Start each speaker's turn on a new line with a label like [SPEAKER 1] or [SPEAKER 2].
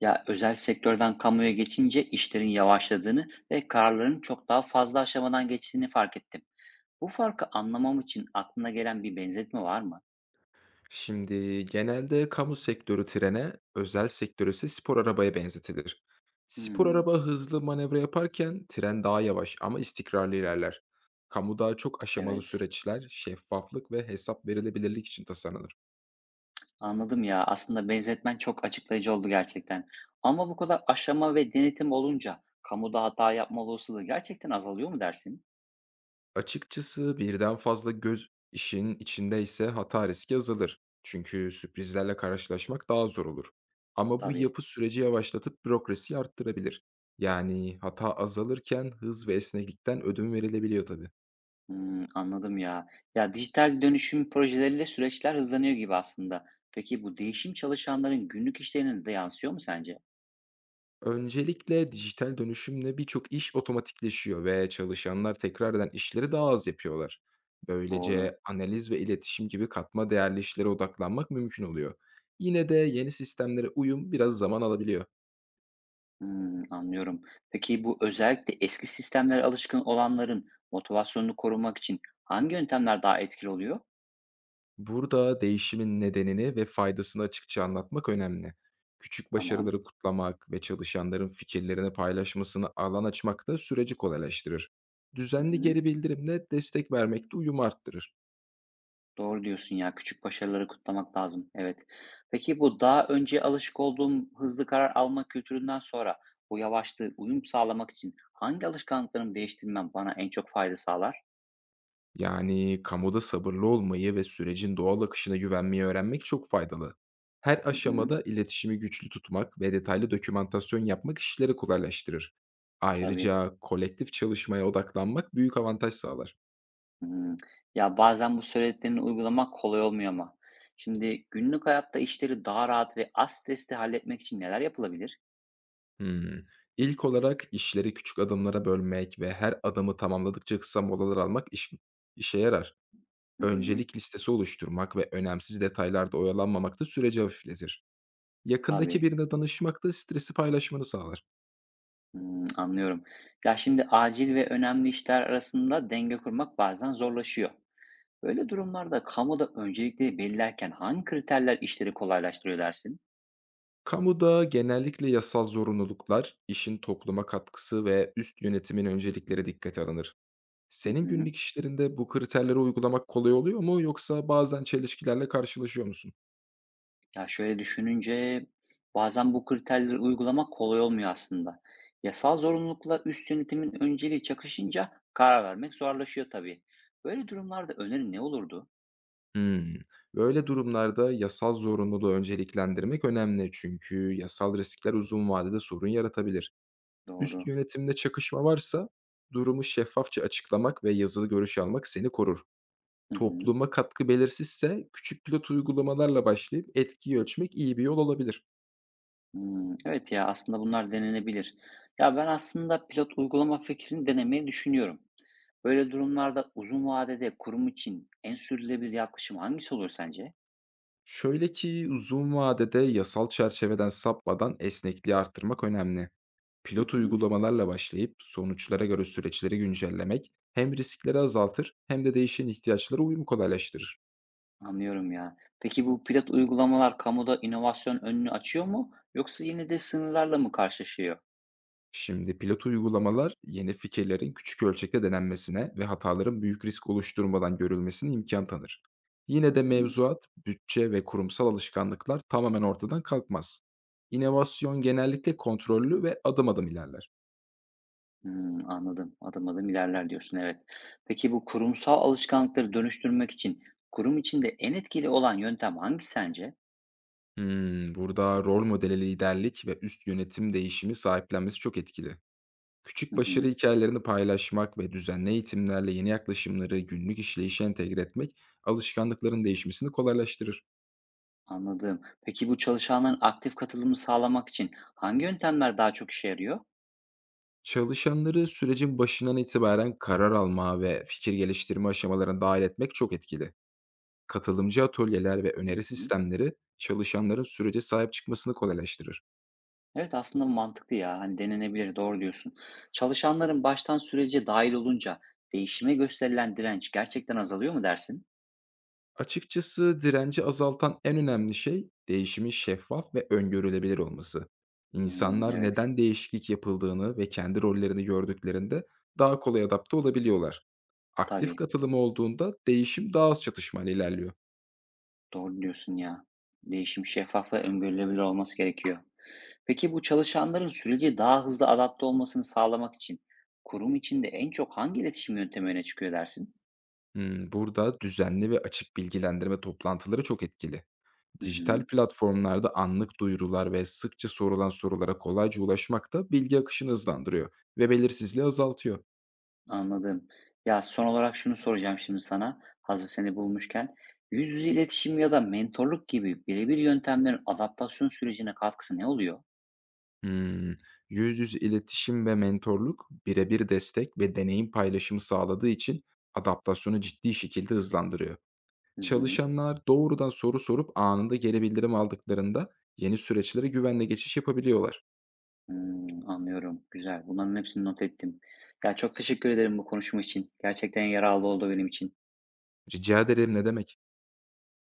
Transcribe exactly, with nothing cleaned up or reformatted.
[SPEAKER 1] Ya özel sektörden kamuya geçince işlerin yavaşladığını ve kararların çok daha fazla aşamadan geçtiğini fark ettim. Bu farkı anlamam için aklına gelen bir benzetme var mı?
[SPEAKER 2] Şimdi genelde kamu sektörü trene, özel sektör ise spor arabaya benzetilir. Spor
[SPEAKER 1] Hmm,
[SPEAKER 2] araba hızlı manevra yaparken tren daha yavaş ama istikrarlı ilerler. Kamuda çok aşamalı
[SPEAKER 1] evet.
[SPEAKER 2] süreçler, şeffaflık ve hesap verilebilirlik için tasarlanır.
[SPEAKER 1] Anladım ya. Aslında benzetmen çok açıklayıcı oldu gerçekten. Ama bu kadar aşama ve denetim olunca kamuda hata yapma olasılığı gerçekten azalıyor mu dersin?
[SPEAKER 2] Açıkçası birden fazla göz işin içinde ise hata riski azalır. Çünkü sürprizlerle karşılaşmak daha zor olur. Ama bu
[SPEAKER 1] Tabii.
[SPEAKER 2] yapı süreci yavaşlatıp bürokrasiyi arttırabilir. Yani hata azalırken hız ve esneklikten ödün verilebiliyor tabii.
[SPEAKER 1] Hmm, anladım ya. Ya dijital dönüşüm projeleriyle süreçler hızlanıyor gibi aslında. Peki bu değişim çalışanların günlük işlerine de yansıyor mu sence?
[SPEAKER 2] Öncelikle dijital dönüşümle birçok iş otomatikleşiyor ve çalışanlar tekrar eden işleri daha az yapıyorlar.
[SPEAKER 1] Doğru.
[SPEAKER 2] Böylece analiz ve iletişim gibi katma değerli işlere odaklanmak mümkün oluyor. Yine de yeni sistemlere uyum biraz zaman alabiliyor.
[SPEAKER 1] Hımm, anlıyorum. Peki bu özellikle eski sistemlere alışkın olanların motivasyonunu korumak için hangi yöntemler daha etkili oluyor?
[SPEAKER 2] Burada değişimin nedenini ve faydasını açıkça anlatmak önemli. Küçük
[SPEAKER 1] Tamam.
[SPEAKER 2] başarıları kutlamak ve çalışanların fikirlerini paylaşmasını alan açmak da süreci kolaylaştırır.
[SPEAKER 1] Hı
[SPEAKER 2] Düzenli
[SPEAKER 1] hı.
[SPEAKER 2] geri bildirimle destek vermek de uyumu arttırır.
[SPEAKER 1] Doğru diyorsun ya, küçük başarıları kutlamak lazım. Evet. Peki bu daha önce alışık olduğum hızlı karar alma kültüründen sonra bu yavaşlığı uyum sağlamak için hangi alışkanlıklarımı değiştirmem bana en çok fayda sağlar?
[SPEAKER 2] Yani kamuda sabırlı olmayı ve sürecin doğal akışına güvenmeyi öğrenmek çok faydalı. Her
[SPEAKER 1] Hı hı.
[SPEAKER 2] aşamada iletişimi güçlü tutmak ve detaylı dokümantasyon yapmak işleri kolaylaştırır.
[SPEAKER 1] Tabii.
[SPEAKER 2] Ayrıca kolektif çalışmaya odaklanmak büyük avantaj sağlar.
[SPEAKER 1] Hımm. Ya, bazen bu söylediklerini uygulamak kolay olmuyor ama. Şimdi günlük hayatta işleri daha rahat ve az stresli halletmek için neler yapılabilir?
[SPEAKER 2] Hmm. İlk olarak işleri küçük adımlara bölmek ve her adımı tamamladıkça kısa molalar almak iş- işe yarar.
[SPEAKER 1] Hı hı.
[SPEAKER 2] Öncelik listesi oluşturmak ve önemsiz detaylarda oyalanmamak da süreci hafifletir. Yakındaki
[SPEAKER 1] Tabii.
[SPEAKER 2] birine danışmak da stresi paylaşmanı sağlar.
[SPEAKER 1] Hımm, anlıyorum. Ya, şimdi acil ve önemli işler arasında denge kurmak bazen zorlaşıyor. Böyle durumlarda kamuda öncelikleri belirlerken hangi kriterler işleri kolaylaştırıyor dersin?
[SPEAKER 2] Kamuda genellikle yasal zorunluluklar, işin topluma katkısı ve üst yönetimin öncelikleri dikkate alınır.
[SPEAKER 1] Hı
[SPEAKER 2] Senin
[SPEAKER 1] hı.
[SPEAKER 2] günlük işlerinde bu kriterleri uygulamak kolay oluyor mu yoksa bazen çelişkilerle karşılaşıyor musun?
[SPEAKER 1] Ya, şöyle düşününce bazen bu kriterleri uygulamak kolay olmuyor aslında. Yasal zorunlulukla üst yönetimin önceliği çakışınca karar vermek zorlaşıyor tabii. Böyle durumlarda önerin ne olurdu?
[SPEAKER 2] Hmm. Böyle durumlarda yasal zorunluluğu önceliklendirmek önemli çünkü yasal riskler uzun vadede sorun yaratabilir. Üst
[SPEAKER 1] Doğru.
[SPEAKER 2] yönetimde çakışma varsa durumu şeffafça açıklamak ve yazılı görüş almak seni korur.
[SPEAKER 1] Hı hı.
[SPEAKER 2] Topluma katkı belirsizse küçük pilot uygulamalarla başlayıp etkiyi ölçmek iyi bir yol olabilir.
[SPEAKER 1] Hmm, evet ya aslında bunlar denenebilir. Ya ben aslında pilot uygulama fikrini denemeyi düşünüyorum. Böyle durumlarda uzun vadede kurum için en sürdürülebilir yaklaşım hangisi olur sence?
[SPEAKER 2] Şöyle ki uzun vadede yasal çerçeveden sapmadan esnekliği arttırmak önemli.
[SPEAKER 1] Hı
[SPEAKER 2] Pilot
[SPEAKER 1] hı.
[SPEAKER 2] uygulamalarla başlayıp sonuçlara göre süreçleri güncellemek hem riskleri azaltır hem de değişen ihtiyaçlara uyumu kolaylaştırır.
[SPEAKER 1] Anlıyorum ya. Peki bu pilot uygulamalar kamuda inovasyon önünü açıyor mu yoksa yine de sınırlarla mı karşılaşıyor?
[SPEAKER 2] Şimdi pilot uygulamalar yeni fikirlerin küçük ölçekte denenmesine ve hataların büyük risk oluşturmadan görülmesine imkan tanır. Yine
[SPEAKER 1] Hı
[SPEAKER 2] de
[SPEAKER 1] hı.
[SPEAKER 2] mevzuat, bütçe ve kurumsal alışkanlıklar tamamen ortadan kalkmaz. İnovasyon genellikle kontrollü ve adım adım ilerler.
[SPEAKER 1] Hmm, anladım. Adım adım ilerler diyorsun, evet. Peki bu kurumsal alışkanlıkları dönüştürmek için kurum içinde en etkili olan yöntem hangisi sence?
[SPEAKER 2] Hmm, burada rol modeli liderlik ve üst yönetim değişimi sahiplenmesi çok etkili. Küçük
[SPEAKER 1] Hı
[SPEAKER 2] başarı
[SPEAKER 1] hı.
[SPEAKER 2] hikayelerini paylaşmak ve düzenli eğitimlerle yeni yaklaşımları günlük işleyişe entegre etmek alışkanlıkların değişmesini kolaylaştırır.
[SPEAKER 1] Anladım. Peki bu çalışanların aktif katılımı sağlamak için hangi yöntemler daha çok işe yarıyor?
[SPEAKER 2] Çalışanları sürecin başından itibaren karar alma ve fikir geliştirme aşamalarına dahil etmek çok etkili. Katılımcı atölyeler ve
[SPEAKER 1] Hı
[SPEAKER 2] öneri
[SPEAKER 1] hı.
[SPEAKER 2] sistemleri çalışanların sürece sahip çıkmasını kolaylaştırır.
[SPEAKER 1] Evet, aslında mantıklı ya. Hani denenebilir, doğru diyorsun. Çalışanların baştan sürece dahil olunca değişime gösterilen direnç gerçekten azalıyor mu dersin?
[SPEAKER 2] Açıkçası direnci azaltan en önemli şey değişimin şeffaf ve öngörülebilir olması.
[SPEAKER 1] Hmm,
[SPEAKER 2] İnsanlar
[SPEAKER 1] evet,
[SPEAKER 2] neden değişiklik yapıldığını ve kendi rollerini gördüklerinde daha kolay adapte olabiliyorlar. Aktif
[SPEAKER 1] tabii.
[SPEAKER 2] katılım olduğunda değişim daha az çatışmayla ilerliyor.
[SPEAKER 1] Doğru diyorsun ya. Değişim şeffaf ve öngörülebilir olması gerekiyor. Peki bu çalışanların sürece daha hızlı adapte olmasını sağlamak için kurum içinde en çok hangi iletişim yöntemi öne çıkıyor dersin?
[SPEAKER 2] Hımm, burada düzenli ve açık bilgilendirme toplantıları çok etkili.
[SPEAKER 1] Hı
[SPEAKER 2] Dijital
[SPEAKER 1] hı.
[SPEAKER 2] platformlarda anlık duyurular ve sıkça sorulan sorulara kolayca ulaşmak da bilgi akışını hızlandırıyor ve belirsizliği azaltıyor.
[SPEAKER 1] Anladım. Ya, son olarak şunu soracağım şimdi sana, hazır seni bulmuşken. Yüz yüze iletişim ya da mentorluk gibi birebir yöntemlerin adaptasyon sürecine katkısı ne oluyor?
[SPEAKER 2] Hımm, Yüz yüze iletişim ve mentorluk birebir destek ve deneyim paylaşımı sağladığı için adaptasyonu ciddi şekilde hızlandırıyor.
[SPEAKER 1] Hı hı.
[SPEAKER 2] Çalışanlar doğrudan soru sorup anında geri bildirim aldıklarında yeni süreçlere güvenle geçiş yapabiliyorlar.
[SPEAKER 1] Hımm, anlıyorum. Güzel. Bunların hepsini not ettim. Ya, çok teşekkür ederim bu konuşma için. Gerçekten yararlı oldu benim için.
[SPEAKER 2] Rica ederim, ne demek.